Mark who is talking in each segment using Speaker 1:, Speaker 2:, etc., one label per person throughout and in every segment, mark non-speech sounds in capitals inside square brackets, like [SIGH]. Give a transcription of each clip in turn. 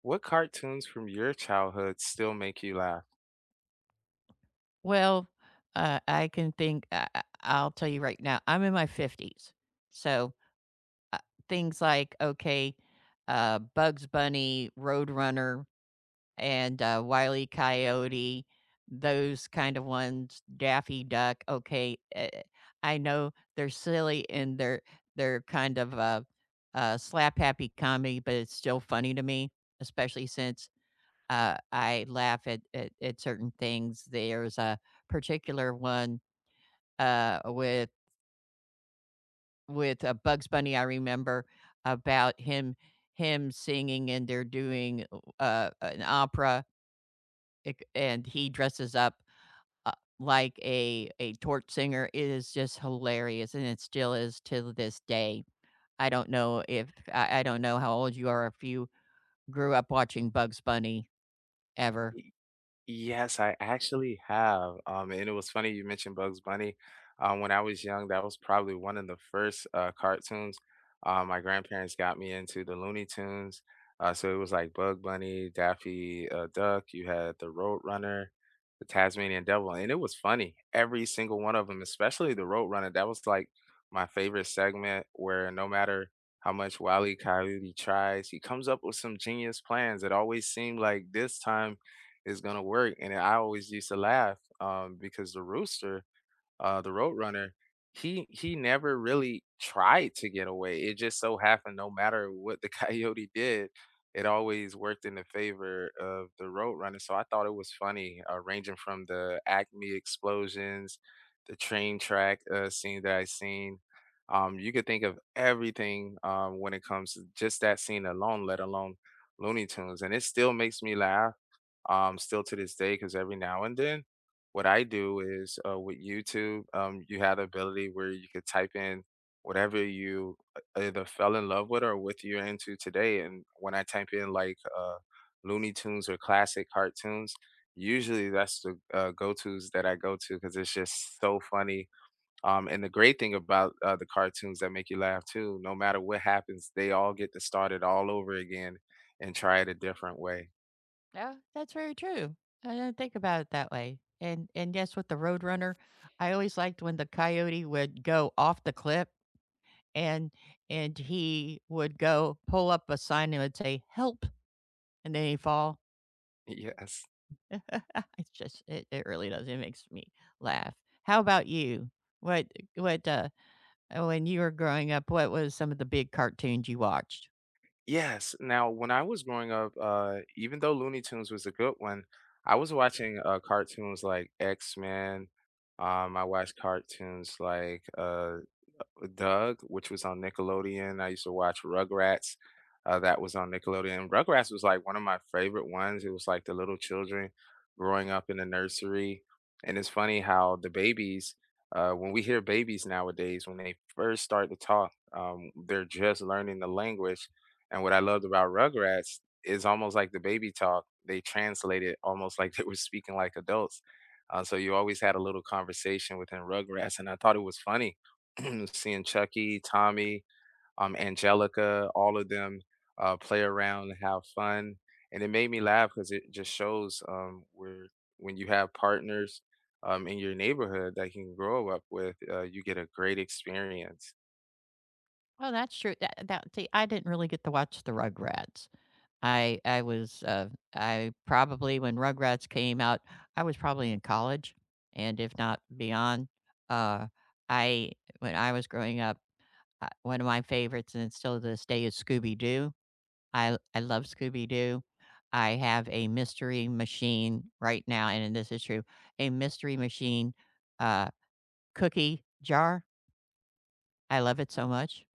Speaker 1: What cartoons from your childhood still make you laugh?
Speaker 2: Well, I can think I'll tell you right now, I'm in my 50s. So, uh, Things like, okay, Bugs Bunny, Roadrunner, and, Wile E. Coyote, those kind of ones, Daffy Duck, okay, I know they're silly and they're kind of, slap-happy comedy, but it's still funny to me, especially since I laugh at certain things. There's a particular one with with Bugs Bunny. I remember about him singing, and they're doing an opera, and he dresses up uh, like a torch singer. It is just hilarious, and it still is to this day. I don't know if I, I don't know how old you are if you grew up watching Bugs Bunny ever.
Speaker 1: Yes, I actually have. And it was funny you mentioned Bugs Bunny. When I was young, that was probably one of the first cartoons. My grandparents got me into the Looney Tunes. So it was like Bug Bunny, Daffy Duck. You had the Road Runner, the Tasmanian Devil, and it was funny. Every single one of them, especially the Road Runner. That was like my favorite segment, where no matter how much Wally Coyote tries, he comes up with some genius plans. It always seemed like this time is gonna work. And I always used to laugh because the rooster, the road runner, he never really tried to get away. It just so happened, no matter what the [LAUGHS] coyote did, it always worked in the favor of the road runner. So I thought it was funny, ranging from the Acme explosions, the train track scene that I seen. You could think of everything when it comes to just that scene alone, let alone Looney Tunes, and it still makes me laugh still to this day, because every now and then, what I do is with YouTube, you had the ability where you could type in whatever you either fell in love with or with you're into today. And when I type in like Looney Tunes or classic cartoons, usually that's the go-tos that I go to because it's just so funny. And the great thing about the cartoons that make you laugh too, no matter what happens, they all get to start it all over again and try it a different way.
Speaker 2: Yeah, that's very true. I didn't think about it that way. And yes, with the Roadrunner, I always liked when the coyote would go off the cliff and and he would go pull up a sign and would say, Help, and then he'd fall.
Speaker 1: [LAUGHS] Yes.
Speaker 2: [LAUGHS] It's just it really does. It makes me laugh. How about you? What what When you were growing up, what was some of the big cartoons you watched?
Speaker 1: Yes. Now, when I was growing up, even though Looney Tunes was a good one, I was watching cartoons like X-Men. I watched cartoons like Doug, which was on Nickelodeon. I used to watch Rugrats, that was on Nickelodeon. Rugrats was like one of my favorite ones. It was like the little children growing up in the nursery. And it's funny how the babies, when we hear babies nowadays, when they first start to talk, they're just learning the language. And what I loved about Rugrats is almost like the baby talk, they translate it almost [LAUGHS] like they were speaking like adults. So you always had a little conversation within Rugrats. And I thought it was funny [CLEARS THROAT] seeing Chucky, Tommy, Angelica, all of them play around and have fun. And it made me laugh because it just shows where when you have partners in your neighborhood that you can grow up with, you get a great experience.
Speaker 2: Oh, that's true. That see, I didn't really get to watch the Rugrats. I I was uh I probably when Rugrats came out, I was probably in college and if not beyond. Uh I When I was growing up, one of my favorites, and it's still to this day, is Scooby Doo. I love Scooby Doo. I have a mystery machine right now, and this is true, a mystery machine uh, cookie jar. I love it so much.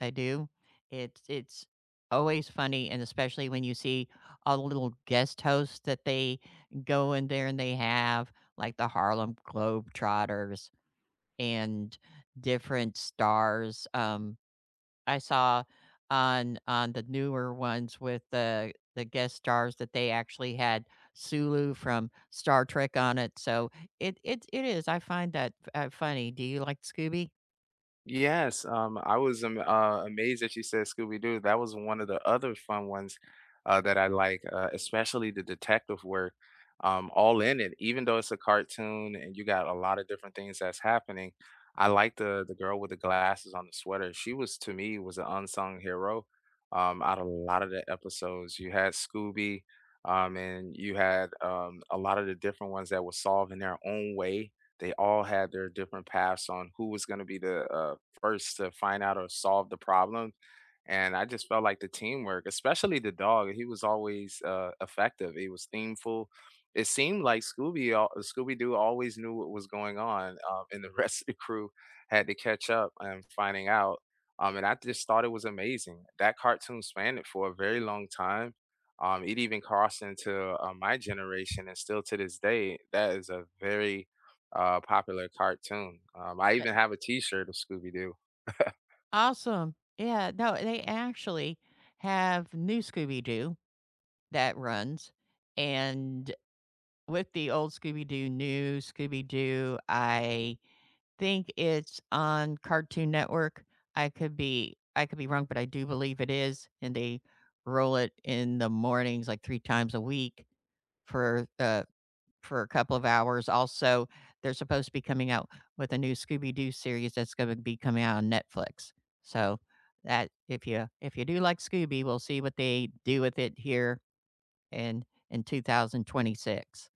Speaker 2: I do. It's always funny, and especially when you see all the little guest hosts that they go in there and they have, like the Harlem Globetrotters and different stars. I saw on the newer ones with the guest stars that they actually had Sulu from Star Trek on it, so it is, I find that funny. Do you like Scooby?
Speaker 1: Yes, I was am amazed that you said Scooby-Doo. That was one of the other fun ones that I like, especially the detective work, all in it. Even though it's a cartoon and you got a lot of different things that's happening, I like the girl with the glasses on the sweater. She was to me was an unsung hero out of a lot of the episodes. You had Scooby, and you had a lot of the different ones that were solved in their own way. They all had their different paths on who was going to be the first to find out or solve the problem. And I just felt like the teamwork, especially the dog, he was always effective. He was themeful. It seemed like Scooby Doo always knew what was going on, and the rest of the crew had to catch up and finding out. And I just thought it was amazing. That cartoon spanned it for a very long time. It even crossed into my generation, and still to this day, that is a very popular cartoon. I
Speaker 2: Uh
Speaker 1: even have a T-shirt of Scooby Doo.
Speaker 2: Awesome. Yeah, no, they actually have new Scooby Doo that runs, and with the old Scooby Doo, new Scooby Doo, I think it's on Cartoon Network. I could be wrong, but I do believe it is, and they roll it in the mornings like 3 times a week for, uh for a couple of hours. Also, they're supposed to be coming out with a new Scooby Doo series that's gonna be coming out on Netflix. So, that if you do like Scooby, we'll see what they do with it here in in 2026.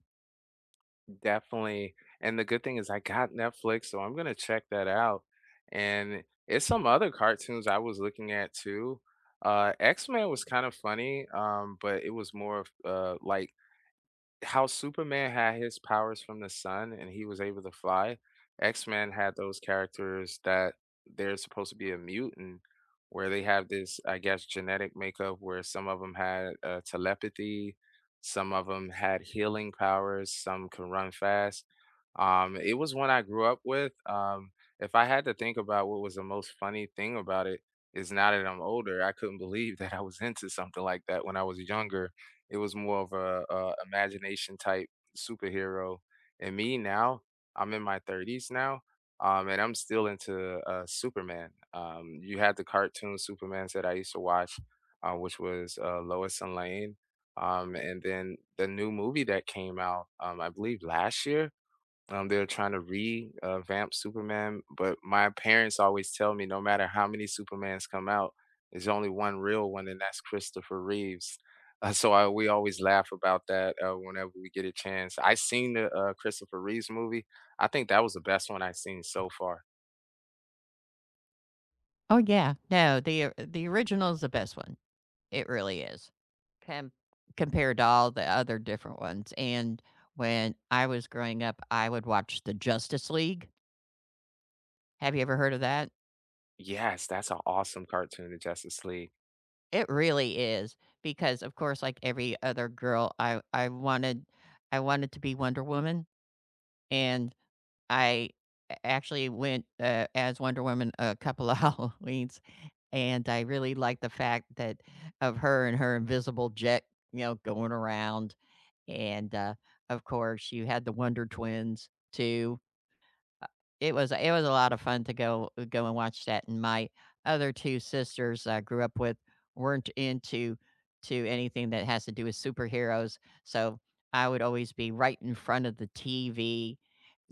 Speaker 1: [LAUGHS] Definitely, and the good thing is I got Netflix, so I'm gonna check that out. And it's some other cartoons I was looking at too. X Men was kind of funny, but it was more of like how Superman had his powers from the sun and he was able to fly, X-Men had those characters that they're supposed to be a mutant, where they have this, I guess, genetic makeup where some of them had telepathy, some of them had healing powers, some can run fast. It was one I grew up with. If I had to think about what was the most funny thing about it, is now that I'm older, I couldn't believe [LAUGHS] that I was into something like that when I was younger. It was more of a imagination type superhero. And me now, I'm in my 30s now, and I'm still into Superman. You had the cartoon Supermans that I used to watch, which was Lois and Lane. And then the new movie that came out, I believe last year, they're trying to revamp Superman, but my parents always tell me no matter how many Supermans come out, there's only one real one, and that's Christopher Reeves. [LAUGHS] So we always laugh about that whenever we get a chance. I seen the Christopher Reeves movie. I think that was the best one I've seen so far.
Speaker 2: Oh, yeah. No, the original is the best one. It really is. Com- Compared to all the other different ones. And when I was growing up, I would watch the Justice League. Have you ever heard of that?
Speaker 1: Yes, that's an awesome cartoon, The Justice League.
Speaker 2: It really is because, of course, like every other girl, I wanted to be Wonder Woman, and I actually went as Wonder Woman a couple of [LAUGHS] Halloweens, and I really liked the fact that of her and her invisible jet, you know, going around. And, of course, you had the Wonder Twins too. Uh, It was it was a lot of fun to go and watch that, and my other 2 sisters I grew up with weren't into to anything that has to do with superheroes, so I would always be right in front of the TV,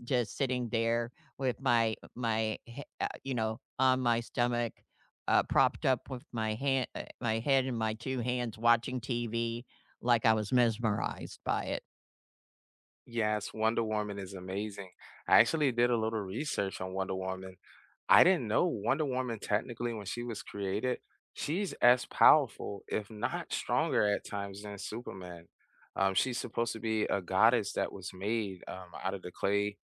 Speaker 2: just sitting there with my my he you know, on my stomach, propped up with my head in my 2 hands watching TV like I was mesmerized by it.
Speaker 1: Yes, Wonder Woman is amazing. I actually did a little research on Wonder Woman. I didn't know Wonder Woman technically when she was created, she's as powerful, if not stronger at times than Superman. She's supposed to be a goddess that was made out of the clay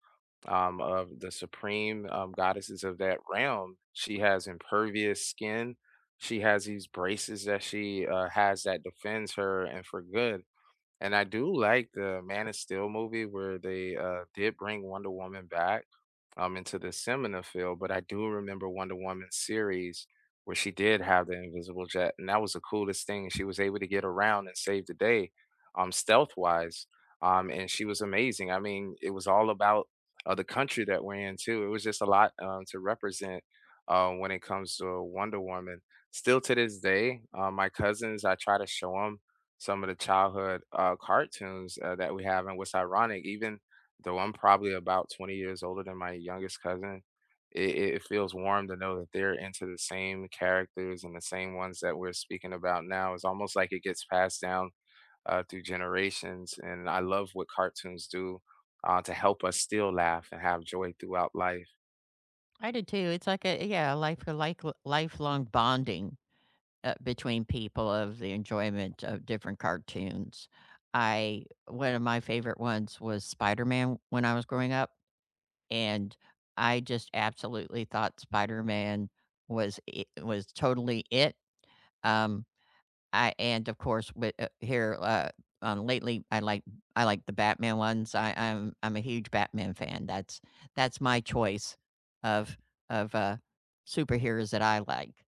Speaker 1: of the supreme goddesses of that realm. She has impervious skin. She has these braces that she has that defends her and for good. And I do like the Man of Steel movie where they did bring Wonder Woman back into the seminar field. But I do remember Wonder Woman series where she did have the invisible jet, and that was the coolest thing. She was able to get around and save the day, stealth wise, and she was amazing. I mean, it was all about the country that we're in too. It was just a lot to represent when it comes to Wonder Woman. Still to this day, my cousins, I try to show them some of the childhood cartoons that we have, and what's ironic, even though I'm probably about 20 years older than my youngest cousin, it feels warm to know that they're into the same characters and the same ones that we're speaking about now. It's almost like it gets passed down, through generations, and I love what cartoons do, to help us still laugh and have joy throughout life.
Speaker 2: I do too. It's like a yeah, life a like lifelong bonding between people of the enjoyment of different cartoons. I one of my favorite ones was Spider-Man when I was growing up, and I just absolutely thought Spider-Man was it was totally it. Um, I and of course, lately, I like the Batman ones. I'm a huge Batman fan. That's my choice of of, uh, superheroes that I like.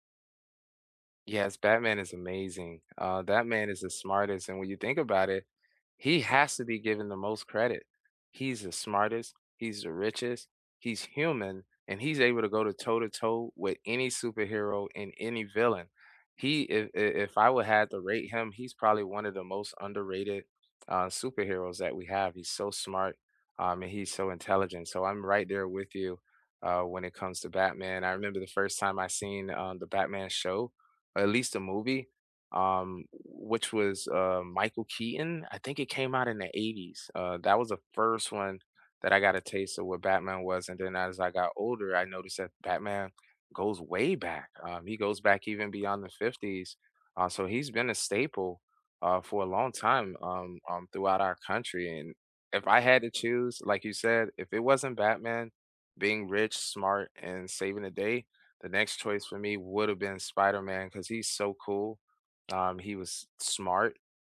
Speaker 1: Yes, Batman is amazing. That man is the smartest, and when you think about it, he has to be given the most credit. He's the smartest, he's the richest, he's human, and he's able to go to toe-to-toe with any superhero and any villain. He if I would had to rate him, he's probably one of the most underrated, superheroes that we have. He's so smart, and he's so intelligent, so I'm right there with you, when it comes to Batman. I remember the first time I seen, the Batman show, at least a movie, which was Michael Keaton. I think it came out in the 80s. That was the first one that I got a taste of what Batman was. And then as I got older, I noticed that Batman goes way back. He goes back even beyond the 50s. So he's been a staple for a long time throughout our country. And if I had to choose, like you said, if it wasn't Batman being rich, smart, and saving the day, the next choice for me would have been Spider-Man man because he's so cool. He was smart.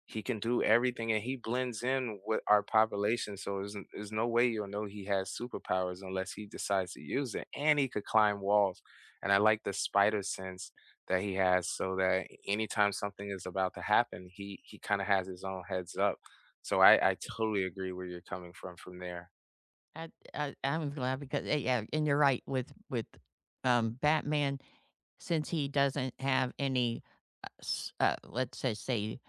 Speaker 1: He can do everything, and he blends in with our population, so there's no way you'll know he has superpowers unless he decides to use it, and he could climb walls, and I like the spider sense that he has so that anytime something is about to happen, he kinda has his own heads up. So I totally agree where you're coming from there.
Speaker 2: I'm glad because yeah, and you're right with Batman, since he doesn't have any, s let's just say,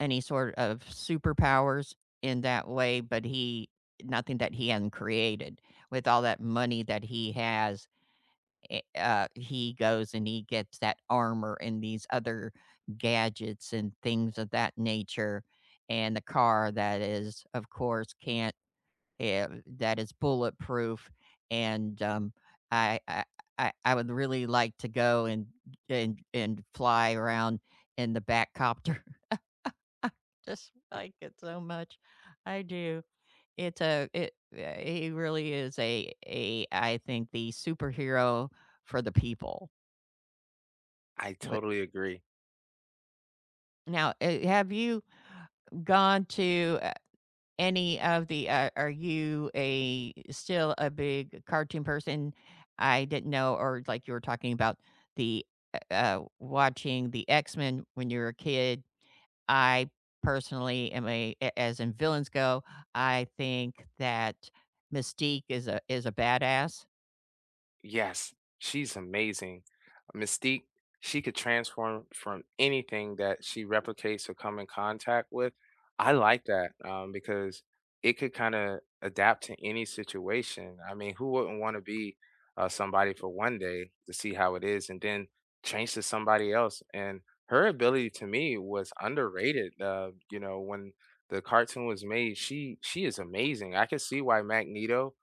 Speaker 2: any sort of superpowers in that way, but he nothing that he hadn't created. With all that money that he has he goes and he gets that armor and these other gadgets and things of that nature, and the car that is, of course, can't that is bulletproof. And I, I I would really like to go and and fly around in the back copter. [LAUGHS] Just like it so much, I do. It's a it. He really is a, I think, the superhero for the people.
Speaker 1: I totally agree.
Speaker 2: Now, have you gone to any of the are you a still a big cartoon person? I didn't know, or like you were talking about the watching the X-Men when you were a kid. I personally am as in villains go, I think that Mystique is a badass.
Speaker 1: Yes, she's amazing. Mystique, she could transform from anything that she replicates or come in contact with. I like that because it could kind of adapt to any situation. I mean, who wouldn't want to be somebody for one day to see how it is and then change to somebody else? And her ability to me was underrated. You know, when the cartoon was made, she is amazing. I can see why Magneto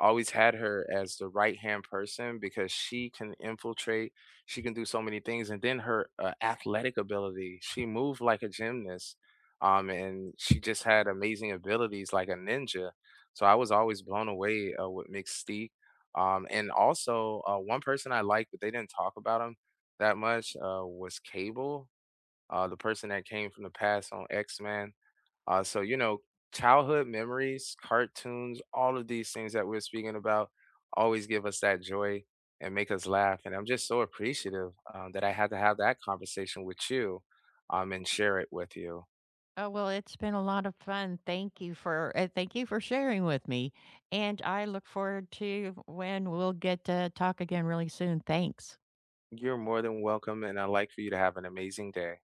Speaker 1: always had her as the right hand person because she can infiltrate. She can do so many things, and then her athletic ability. She moved like a gymnast, and she just had amazing abilities like a ninja. So I was always blown away with Mystique. And also, one person I liked, but they didn't talk about him that much, was Cable, the person that came from the past on X Men. So, you know, childhood memories, cartoons, all of these things that we're speaking about always give us that joy and make us laugh. And I'm just so appreciative that I had to have that conversation with you and share it with you.
Speaker 2: Oh, well, it's been a lot of fun. Thank you for sharing with me. And I look forward to when we'll get to talk again really soon. Thanks.
Speaker 1: You're more than welcome, and I'd like for you to have an amazing day.